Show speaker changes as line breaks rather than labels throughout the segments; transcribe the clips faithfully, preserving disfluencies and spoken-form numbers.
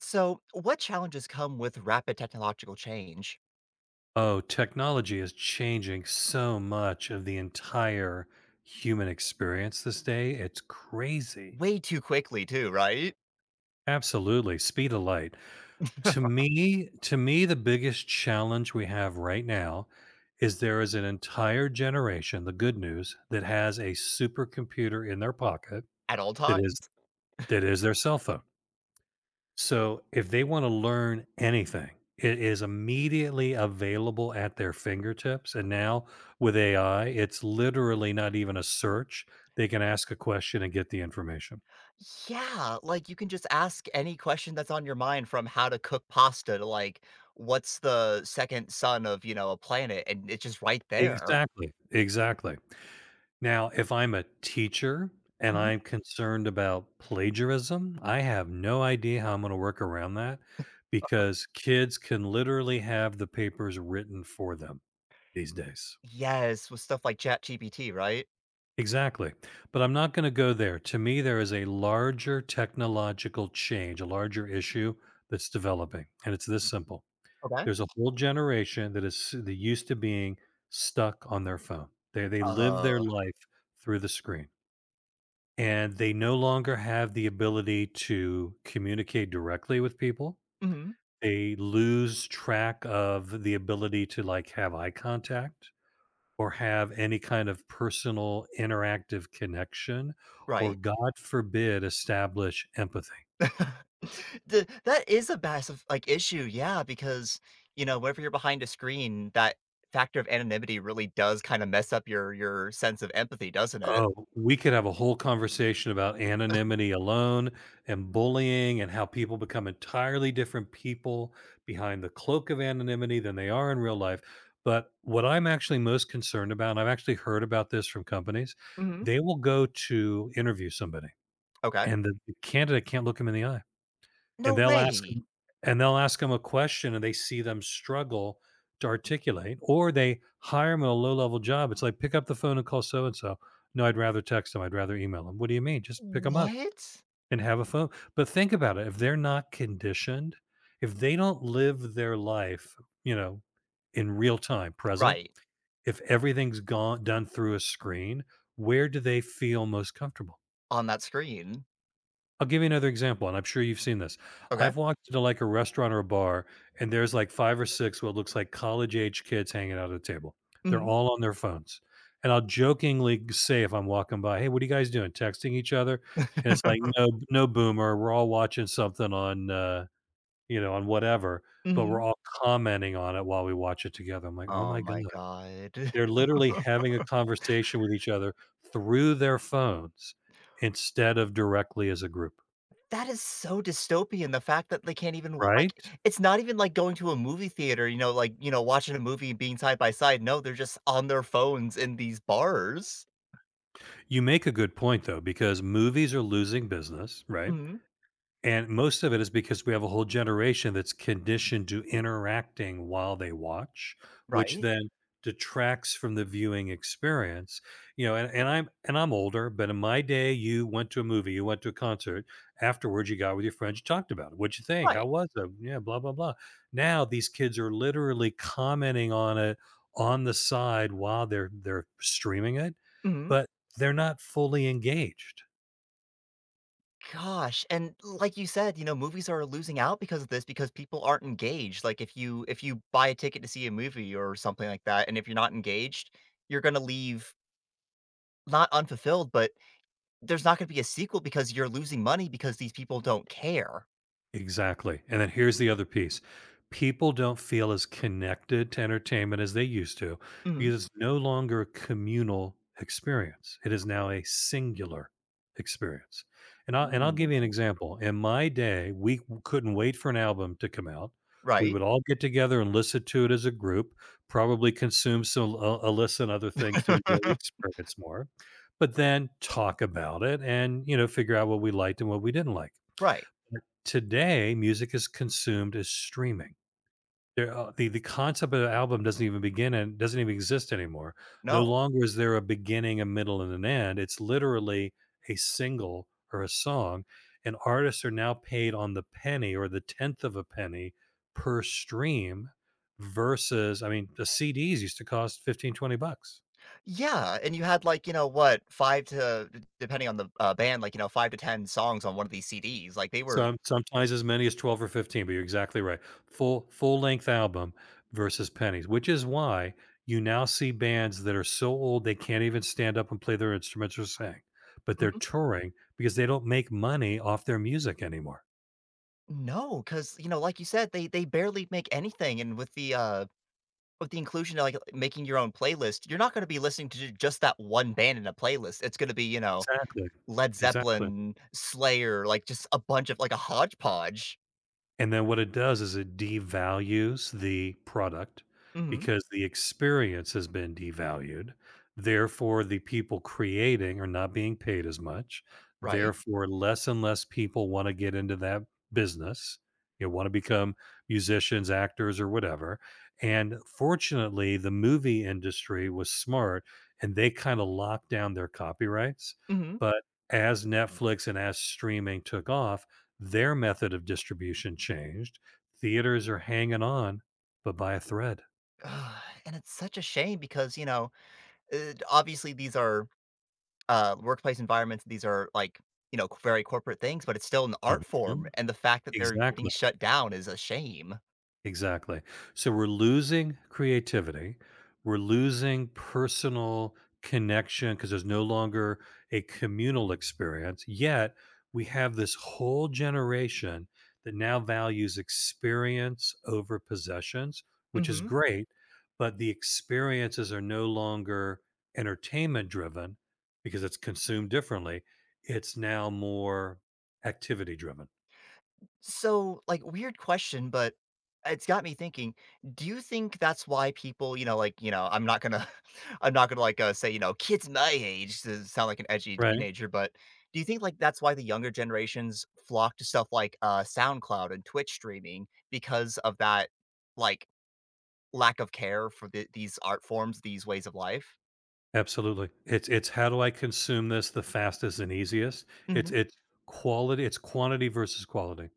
So, what challenges come with rapid technological change?
Oh, technology is changing so much of the entire human experience this day. It's crazy.
Way too quickly, too, right?
Absolutely. Speed of light. To me, to me, the biggest challenge we have right now is there is an entire generation, the good news, that has a supercomputer in their pocket
At all
that is
times.
that is their cell phone. So if they want to learn anything, it is immediately available at their fingertips. And now with A I, it's literally not even a search. They can ask a question and get the information.
Yeah, like you can just ask any question that's on your mind from how to cook pasta to like, what's the second sun of, you know, a planet? And it's just right there.
Exactly. Exactly. Now, if I'm a teacher and
Mhm.
I'm concerned about plagiarism, I have no idea how I'm going to work around that because kids can literally have the papers written for them these days.
Yes, with stuff like ChatGPT, right?
Exactly. But I'm not going to go there. To me, there is a larger technological change, a larger issue that's developing. And it's this simple:
Okay.
there's a whole generation that is that used to being stuck on their phone. They, they live their
Uh,
life through the screen, and they no longer have the ability to communicate directly with people.
mhm,
They lose track of the ability to like have eye contact or have any kind of personal interactive connection or,
right.
God forbid, establish empathy.
The that is a massive, like, issue, yeah, because, you know, whenever you're behind a screen, that factor of anonymity really does kinda mess up your your sense of empathy, doesn't it?
Oh, we could have a whole conversation about anonymity alone and bullying and how people become entirely different people behind the cloak of anonymity than they are in real life. But what I'm actually most concerned about, and I've actually heard about this from companies,
Mhm.
they will go to interview somebody
Okay.
and the candidate can't look him in the eye. And
No
they'll ask
way!
'em and they'll ask ask them a question and they see them struggle to articulate, or they hire 'em at a low-level job. It's like, "Pick up the phone and call so and so." "No, I'd rather text them. 'em. I'd rather email them." "What do you mean? Just pick them up
What?
and have a phone." But think about it, if they're not conditioned, if they don't live their life, you know, in real time, present,
Right.
if everything's gone done through a screen, where do they feel most comfortable?
On that screen.
I'll give you another example, and I'm sure you've seen this.
Okay.
I've walked into like a restaurant or a bar, and there's like five or six what looks like college age kids hanging out at a table. They're
Mhm.
all on their phones. And I'll jokingly say if I'm walking by, "Hey, what are you guys doing? Texting each other?" And it's like, "No, no boomer. We're all watching something on uh, you know, on whatever, but we're
Mhm.
all commenting on it while we watch it together." I'm like, oh
Oh
my God.
my god.
They're literally having a conversation with each other through their phones instead of directly as a group.
That is so dystopian, the fact that they can't even wa
Right?
like, it's not even like going to a movie theater, you know, like, you know, watching a movie and being side by side, no, they're just on their phones in these bars.
You make a good point though, because movies are losing business, right?
Mhm,
And most of it is because we have a whole generation that's conditioned to interacting while they watch, which
right,
then detracts from the viewing experience. You know, and, and I'm and I'm older, but in my day, you went to a movie, you went to a concert. Afterwards, you got with your friends, you talked about it. What'd you think?
right,
How was it? Yeah, blah, blah, blah. Now these kids are literally commenting on it on the side while they're they're streaming it,
mhm.
but they're not fully engaged.
Gosh, and like you said, you know, movies are losing out because of this because people aren't engaged, like, if you if you buy a ticket to see a movie or something like that, and if you're not engaged, you're gonna leave not unfulfilled, but there's not gonna be a sequel because you're losing money because these people don't care.
Exactly. And then here's the other piece. People don't feel as connected to entertainment as they used to
Mhm.
because it's no longer a communal experience. It is now a singular experience. And I will and I'll give you an
Ooh.
example. In my day, we couldn't wait for an album to come out. We
Right.
would all get together and listen to it as a group, probably consume some uh, Alyssa and other things to enjoy the experience more, but then talk about it and, you know, figure out what we liked and what we didn't like.
Right.
Today, music is consumed as streaming. There, uh, the the concept of an album doesn't even begin and doesn't even exist anymore. No
No.
longer is there a beginning, a middle, and an end. It's literally a single or a song, and artists are now paid on the penny or the tenth of a penny per stream versus, I mean, the C Ds used to cost fifteen twenty bucks.
Yeah, and you had, like, you know, what, five to d depending on the, uh, band, like, you know, five to ten songs on one of these C Ds, like, they were.
Some sometimes as many as twelve or fifteen, but you're exactly right. Full full-length album versus pennies, which is why you now see bands that are so old they can't even stand up and play their instruments or sing, but they're
Mhm.
touring because they don't make money off their music anymore.
No, because you know, like you said, they they barely make anything, and with the, uh with the inclusion of, like, making your own playlist, you're not gonna be listening to j just that one band in a playlist, it's gonna be, you know,
Exactly.
Led
Exactly.
Zeppelin, Slayer, like, just a bunch of like, a hodgepodge.
And then what it does is it devalues the product
Mhm.
because the experience has been devalued. Therefore, the people creating are not being paid as much.
Right.
Therefore, less and less people want to get into that business. You want to become musicians, actors, or whatever. And fortunately, the movie industry was smart and they kind of locked down their copyrights.
Mhm.
But as Netflix and as streaming took off, their method of distribution changed. Theaters are hanging on, but by a thread.
And it's such a shame because, you know, Uh, obviously, these are, uh, workplace environments, these are, like, you know, very corporate things, but it's still an art form,
Mhm.
and the fact that they're getting
Exactly.
shut down is a shame.
Exactly. So we're losing creativity. We're losing personal connection because there's no longer a communal experience. Yet we have this whole generation that now values experience over possessions, which is
Mhm.
great, but the experiences are no longer entertainment driven because it's consumed differently. It's now more activity driven.
So, like, weird question, but it's got me thinking. Do you think that's why people, you know, like, you know, I'm not gonna, I'm not gonna like uh, say, you know, kids my age to sound like an edgy
Right.
teenager, but do you think like that's why the younger generations flock to stuff like uh, SoundCloud and Twitch streaming because of that, like, lack of care for the, these art forms, these ways of life?
Absolutely. It's it's how do I consume this the fastest and easiest? It's
Hmm.
it's quality, it's quantity versus quality.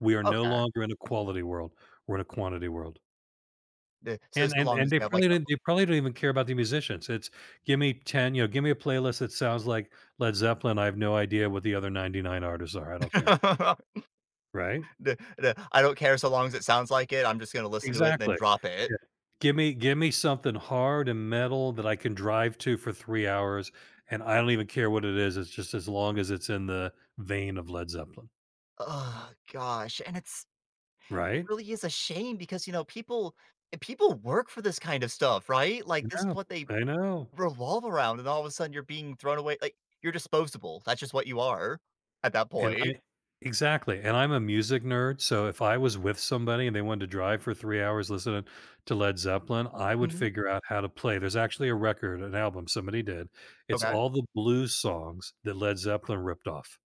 We are no
Okay.
longer in a quality world. We're in a quantity world.
The- So,
And
so
and
long as
and they
you have like,
probably didn't they probably don't even care about the musicians. It's give me ten, you know, give me a playlist that sounds like Led Zeppelin. I have no idea what the other ninety-nine artists are. I don't care. Right?
the, the, I don't care so long as it sounds like it, I'm just gonna listen to it and then
Exactly.
drop it.
Yeah. Give me give me something hard and metal that I can drive to for three hours, and I don't even care what it is, it's just as long as it's in the vein of Led Zeppelin,
Oh gosh, and it's it
right?
really is a shame because, you know, people and people work for this kind of stuff, right? Like,
I
this is
know,
what they
I know,
revolve around, and all of a sudden you're being thrown away like, you're disposable. That's just what you are at that
and
point.
I exactly, and I'm a music nerd, so if I was with somebody and they wanted to drive for three hours listening to Led Zeppelin, I would
Mhm.
figure out how to play. There's actually a record, an album somebody did. It's
Okay.
all the blues songs that Led Zeppelin ripped off,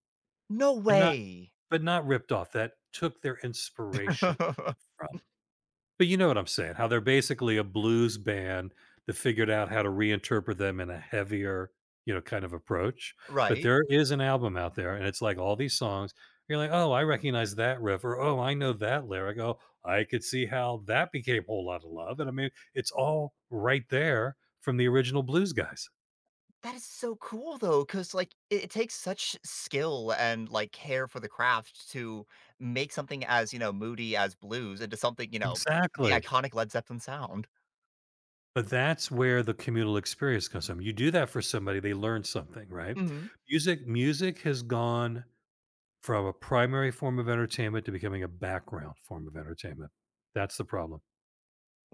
No
and not
way.
but not ripped off, that took their inspiration from, but you know what I'm saying, how they're basically a blues band that figured out how to reinterpret them in a heavier, you know, kind of approach, but
Right.
there is an album out there, and it's like all these songs, you're like, "Oh, I recognize that riff," or, "Oh, I know that lyric," "Oh, I could see how that became a Whole lot of Love," and I mean, it's all right there from the original blues guys.
That is so cool, though, because like, it it takes such skill and, like, care for the craft to make something as, you know, moody as blues into something, you know, the
Exactly.
iconic Led Zeppelin sound.
But that's where the communal experience comes from. You do that for somebody, they learn something, right?
Mhm.
Music music has gone from a primary form of entertainment to becoming a background form of entertainment. That's the problem.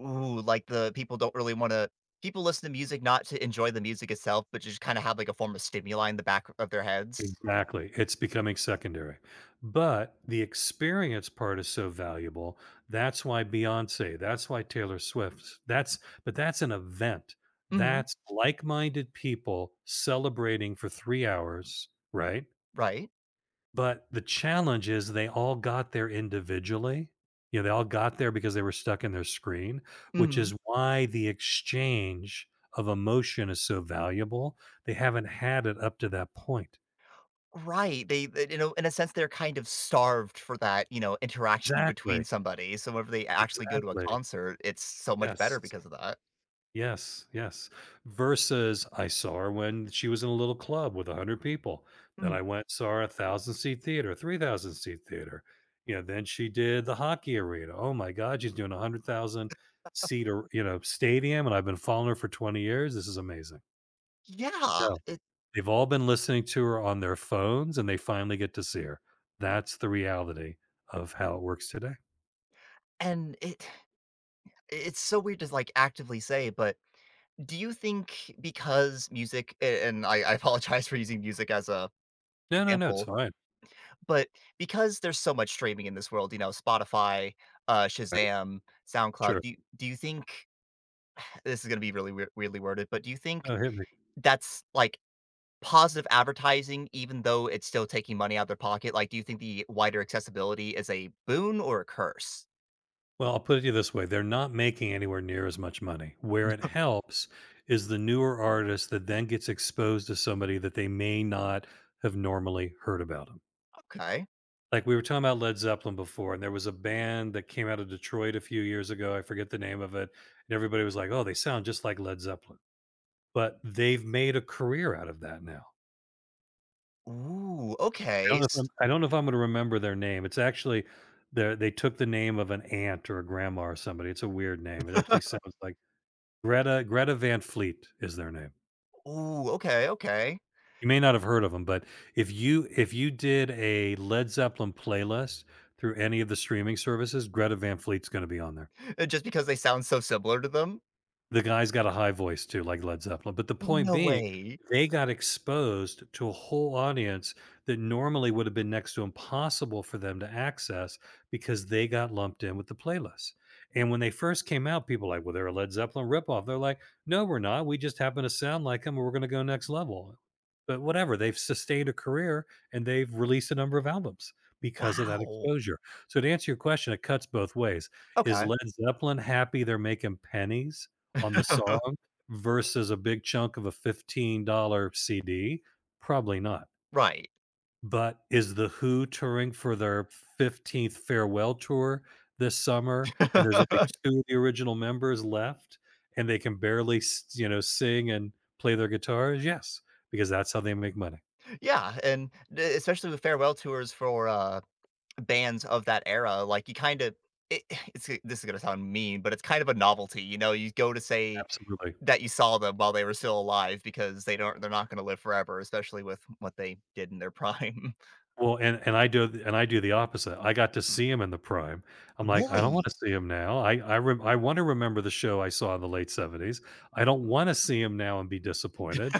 Ooh, like the people don't really wanna people listen to music not to enjoy the music itself, but just kinda have, like, a form of stimuli in the back of their heads.
Exactly. It's becoming secondary. But the experience part is so valuable. That's why Beyonce, that's why Taylor Swift, that's but that's an event.
Mhm.
That's like-minded people celebrating for three hours, right?
Right?
But the challenge is they all got there individually. You know, they all got there because they were stuck in their screen, which
Mhm.
is why the exchange of emotion is so valuable. They haven't had it up to that point.
Right, they they you know, in a sense, they're kind of starved for that, you know, interaction between
Exactly,
somebody, so whenever they actually go to a
exactly.
concert, it's so much better
Yes.
because of that.
Yes, yes. Versus I saw her when she was in a little club with one hundred people. Then
Mm.
I went saw her at one thousand seat theater, three thousand seat theater. You know, then she did the hockey arena. Oh my god, she's doing a one hundred thousand seat, ar- you know, stadium, and I've been following her for twenty years. This is amazing.
Yeah,
No,
it
they've all been listening to her on their phones and they finally get to see her. That's the reality of how it works today.
and it it's so weird to, like, actively say, but do you think because music a and I I apologize for using music as a
No, no, no, it's
example.
fine.
But because there's so much streaming in this world, you know, Spotify, uh,
Right?
Shazam, SoundCloud,
Sure.
do you do you think this is gonna be really weir weirdly worded, but do you think
Oh, hit me.
that's, like, positive advertising even though it's still taking money out of their pocket? Like, do you think the wider accessibility is a boon or a curse?
Well, I'll put it to you this way. They're not making anywhere near as much money. Where it helps is the newer artist that then gets exposed to somebody that they may not have normally heard about them.
Okay.
Like we were talking about Led Zeppelin before, and there was a band that came out of Detroit a few years ago. I forget the name of it. And everybody was like, oh, they sound just like Led Zeppelin. But they've made a career out of that now.
Ooh,
I
okay,
don't know if
s.
I'm, I don't know if I'm going to remember their name. It's actually, they're- they took the name of an aunt or a grandma or somebody. It's a weird name. It actually sounds like Greta Greta Van Fleet is their name.
Ooh, okay, okay.
You may not have heard of them, but if you if you did a Led Zeppelin playlist through any of the streaming services, Greta Van Fleet's gonna be on there.
Uh, just because they sound so similar to them?
The guy's got a high voice too, like Led Zeppelin, but the point
No
being,
way.
they got exposed to a whole audience that normally would have been next to impossible for them to access because they got lumped in with the playlist. And when they first came out, people were like, "Well, they're a Led Zeppelin ripoff." They're like, "No, we're not. We just happen to sound like them, and we're going to go next level." But whatever, they've sustained a career and they've released a number of albums because of that
Wow.
exposure. So to answer your question, it cuts both ways. Is
Okay.
Led Zeppelin happy they're making pennies on the song versus a big chunk of a fifteen dollars C D? Probably not.
Right.
But is The Who touring for their fifteenth farewell tour this summer, and there's only two of the original members left, and they can barely s you know, sing and play their guitars? Yes, because that's how they make money.
Yeah, and e especially with farewell tours for, uh, bands of that era, like, you kinda it it's uh, this is gonna sound mean, but it's kind of a novelty, you know, you go to say
Absolutely.
that you saw them while they were still alive because they don't they're not gonna live forever, especially with what they did in their prime.
Well, and and I do and I do the opposite. I got to see him in the prime. I'm like, I don't want
Really?
to see him now. I I rem I want to remember the show I saw in the late seventies. I don't want to see him now and be disappointed.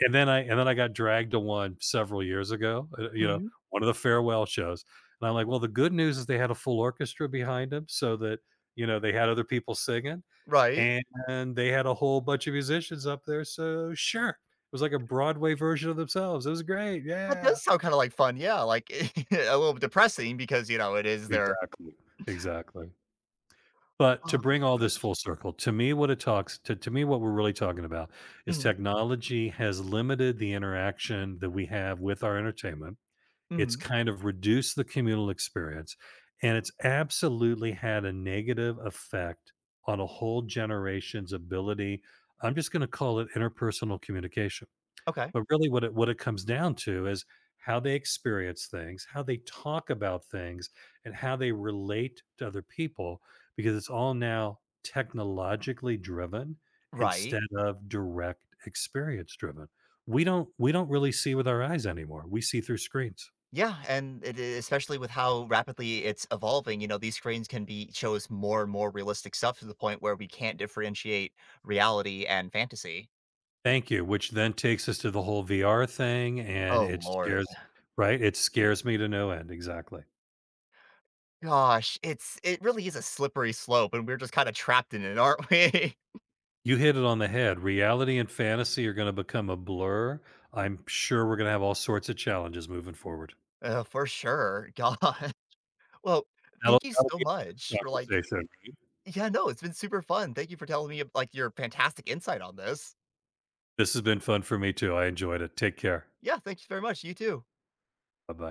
And then I and then I got dragged to one several years ago, uh, you know,
Mhm.
one of the farewell shows. And I'm like, well, the good news is they had a full orchestra behind them, so that, you know, they had other people singing
Right?
and they had a whole bunch of musicians up there. So sure. It was like a Broadway version of themselves. It was great.
That
Yeah.
does sound kinda like fun, yeah, like, a little bit depressing because, you know, it is their.
Exactly, exactly. But to
Oh,
bring all
god.
this full circle, to me, what it talks to to me, what we're really talking about is
Mhm,
technology has limited the interaction that we have with our entertainment. It's
mhm,
kind of reduced the communal experience, and it's absolutely had a negative effect on a whole generation's ability. I'm just gonna call it interpersonal communication.
okay.
But really what it what it comes down to is how they experience things, how they talk about things, and how they relate to other people because it's all now technologically driven
Right.
instead of direct experience driven. We don't we don't really see with our eyes anymore. We see through screens.
Yeah, and it, e- especially with how rapidly it's evolving, you know, these screens can be shows more and more realistic stuff to the point where we can't differentiate reality and fantasy.
Thank you, which then takes us to the whole V R thing and
Oh
it
lord.
scares right? It scares me to no end, exactly.
Gosh, it's it really is a slippery slope and we're just kind of trapped in it, aren't we?
You hit it on the head. Reality and fantasy are going to become a blur. I'm sure we're going to have all sorts of challenges moving forward.
uh, for sure. God. Well,
That'll,
thank you
that'll
so
be our
much for
next
like
conversation.
yeah, no, it's been super fun. Thank you for telling me like your fantastic insight on this.
This has been fun for me too. I enjoyed it. Take care.
Yeah, thank you very much. You too.
Bye bye.